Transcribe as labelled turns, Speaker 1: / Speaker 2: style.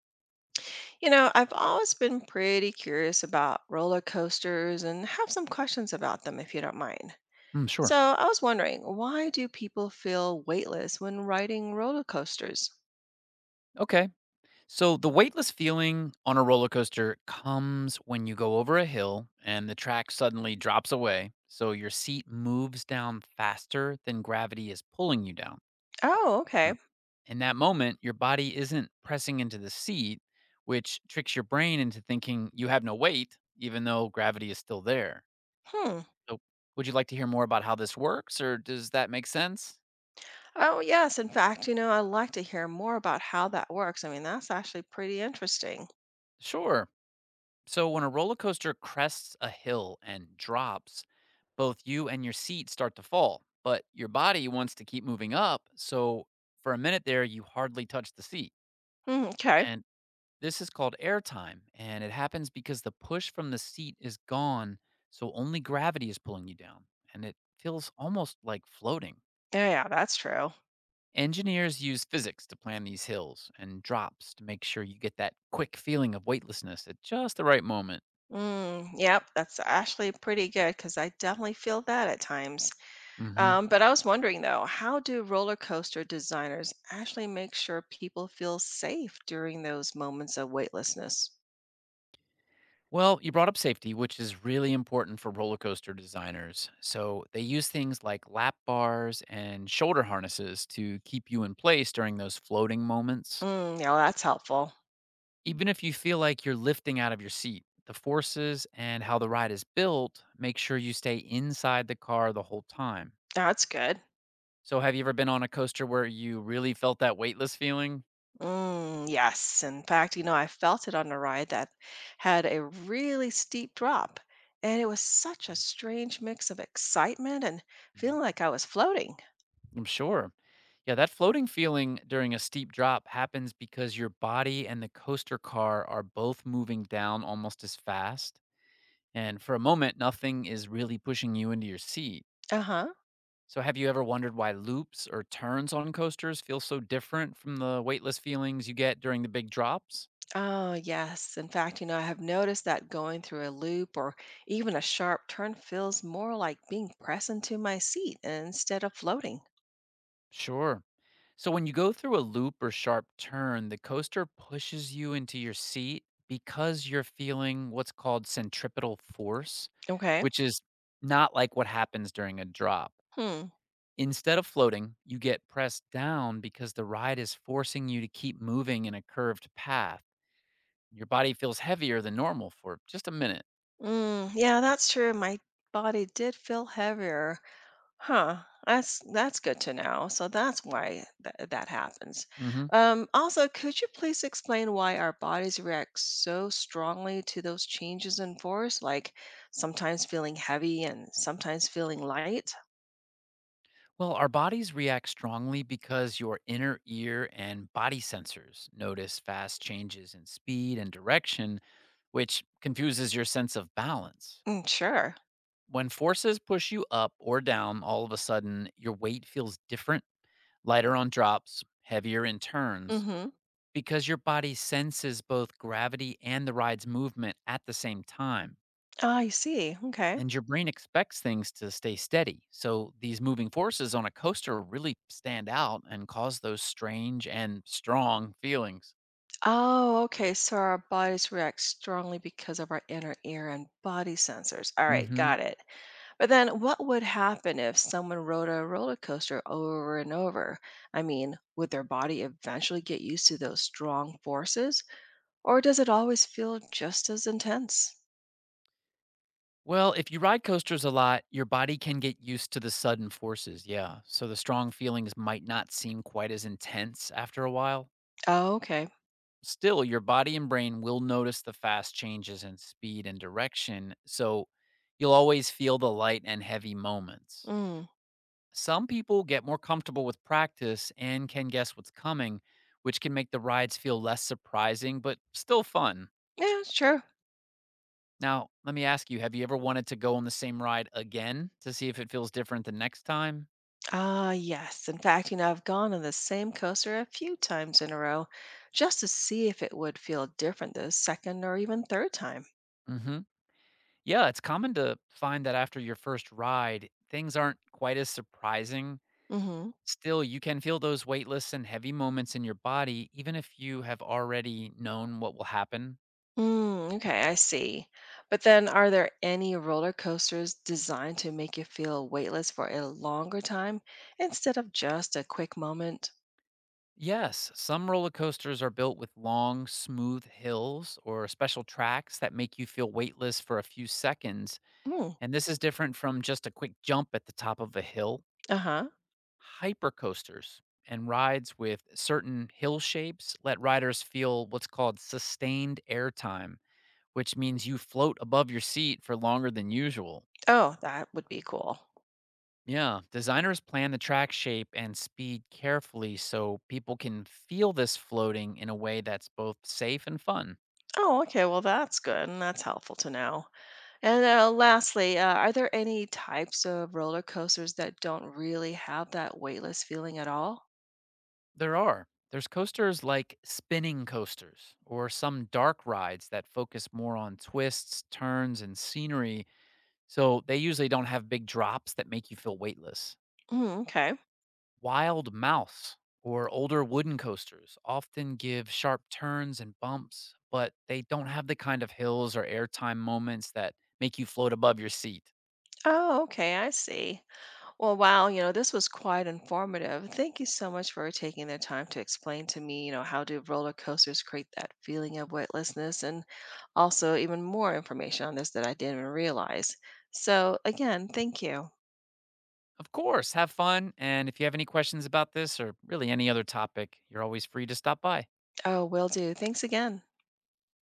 Speaker 1: I've always been pretty curious about roller coasters and have some questions about them if you don't mind.
Speaker 2: Mm, sure.
Speaker 1: So, I was wondering, why do people feel weightless when riding roller coasters?
Speaker 2: Okay. So the weightless feeling on a roller coaster comes when you go over a hill and the track suddenly drops away. So your seat moves down faster than gravity is pulling you down.
Speaker 1: Oh,
Speaker 2: Mm.
Speaker 1: okay.
Speaker 2: In that moment, your body isn't pressing into the seat, which tricks your brain into thinking you have no weight, even though gravity is still there.
Speaker 1: Hmm.
Speaker 2: So, would you like to hear more about how this works, or does that make sense?
Speaker 1: Oh, yes. In fact, I'd like to hear more about how that works. I mean, that's actually pretty interesting.
Speaker 2: Sure. So, when a roller coaster crests a hill and drops, both you and your seat start to fall, but your body wants to keep moving up. So for a minute there, you hardly touch the seat.
Speaker 1: Mm, okay.
Speaker 2: And this is called airtime. And it happens because the push from the seat is gone. So only gravity is pulling you down. And it feels almost like floating.
Speaker 1: Yeah, yeah, that's true.
Speaker 2: Engineers use physics to plan these hills and drops to make sure you get that quick feeling of weightlessness at just the right moment.
Speaker 1: Mm, yep, that's actually pretty good because I definitely feel that at times.
Speaker 2: Hmm.
Speaker 1: But I was wondering though, how do roller coaster designers actually make sure people feel safe during those moments of weightlessness?
Speaker 2: Well, you brought up safety, which is really important for roller coaster designers. So they use things like lap bars and shoulder harnesses to keep you in place during those floating moments.
Speaker 1: Mm, yeah, well, that's helpful.
Speaker 2: Even if you feel like you're lifting out of your seat, the forces and how the ride is built make sure you stay inside the car the whole time.
Speaker 1: That's good.
Speaker 2: So, have you ever been on a coaster where you really felt that weightless feeling?
Speaker 1: Mm, yes. In fact, I felt it on a ride that had a really steep drop, and it was such a strange mix of excitement and feeling like I was floating.
Speaker 2: I'm sure. Yeah, that floating feeling during a steep drop happens because your body and the coaster car are both moving down almost as fast. And for a moment, nothing is really pushing you into your seat.
Speaker 1: Uh huh.
Speaker 2: So, have you ever wondered why loops or turns on coasters feel so different from the weightless feelings you get during the big drops?
Speaker 1: Oh, yes. In fact, I have noticed that going through a loop or even a sharp turn feels more like being pressed into my seat instead of floating.
Speaker 2: Sure. So when you go through a loop or sharp turn, the coaster pushes you into your seat because you're feeling what's called centripetal force,
Speaker 1: Okay.
Speaker 2: which is not like what happens during a drop.
Speaker 1: Hmm.
Speaker 2: Instead of floating, you get pressed down because the ride is forcing you to keep moving in a curved path. Your body feels heavier than normal for just a minute.
Speaker 1: Mm, yeah, that's true. My body did feel heavier. Huh. That's good to know. So that's why that happens.
Speaker 2: Mhm.
Speaker 1: Also, could you please explain why our bodies react so strongly to those changes in force, like sometimes feeling heavy and sometimes feeling light?
Speaker 2: Well, our bodies react strongly because your inner ear and body sensors notice fast changes in speed and direction, which confuses your sense of balance.
Speaker 1: Mm, sure.
Speaker 2: When forces push you up or down, all of a sudden, your weight feels different, lighter on drops, heavier in turns,
Speaker 1: Mm-hmm.
Speaker 2: because your body senses both gravity and the ride's movement at the same time.
Speaker 1: Ah, I see. Okay.
Speaker 2: And your brain expects things to stay steady. So these moving forces on a coaster really stand out and cause those strange and strong feelings.
Speaker 1: Oh, okay. So our bodies react strongly because of our inner ear and body sensors. All right, got
Speaker 2: Hmm.
Speaker 1: it. But then what would happen if someone rode a roller coaster over and over? I mean, would their body eventually get used to those strong forces, or does it always feel just as intense?
Speaker 2: Well, if you ride coasters a lot, your body can get used to the sudden forces. Yeah. So the strong feelings might not seem quite as intense after a while.
Speaker 1: Oh, okay.
Speaker 2: Still, your body and brain will notice the fast changes in speed and direction. So you'll always feel the light and heavy moments.
Speaker 1: Mm.
Speaker 2: Some people get more comfortable with practice and can guess what's coming, which can make the rides feel less surprising but still fun.
Speaker 1: Yeah, sure.
Speaker 2: Now, let me ask you, have you ever wanted to go on the same ride again to see if it feels different the next time?
Speaker 1: Ah, yes. In fact, I've gone on the same coaster a few times in a row just to see if it would feel different the second or even third time.
Speaker 2: Hmm. Yeah, it's common to find that after your first ride, things aren't quite as surprising.
Speaker 1: Mm-hmm.
Speaker 2: Still, you can feel those weightless and heavy moments in your body, even if you have already known what will happen.
Speaker 1: Mm, okay, I see. But then, are there any roller coasters designed to make you feel weightless for a longer time instead of just a quick moment?
Speaker 2: Yes, some roller coasters are built with long, smooth hills or special tracks that make you feel weightless for a few seconds.
Speaker 1: Mm,
Speaker 2: And this is different from just a quick jump at the top of a hill.
Speaker 1: uh-huh.
Speaker 2: Hypercoasters and rides with certain hill shapes let riders feel what's called sustained airtime, which means you float above your seat for longer than usual.
Speaker 1: Oh, that would be cool.
Speaker 2: Yeah, designers plan the track shape and speed carefully so people can feel this floating in a way that's both safe and fun.
Speaker 1: Oh, okay. Well, that's good and that's helpful to know. And lastly, are there any types of roller coasters that don't really have that weightless feeling at all?
Speaker 2: There are. There's coasters like spinning coasters or some dark rides that focus more on twists, turns, and scenery, so they usually don't have big drops that make you feel weightless.
Speaker 1: Mm, okay.
Speaker 2: Wild mouths or older wooden coasters often give sharp turns and bumps, but they don't have the kind of hills or airtime moments that make you float above your seat.
Speaker 1: Oh, okay. I see. Well, wow. This was quite informative. Thank you so much for taking the time to explain to me, how do roller coasters create that feeling of weightlessness and also even more information on this that I didn't even realize. So, again, thank you.
Speaker 2: Of course, have fun. And if you have any questions about this or really any other topic, you're always free to stop by.
Speaker 1: Oh, will do. Thanks again.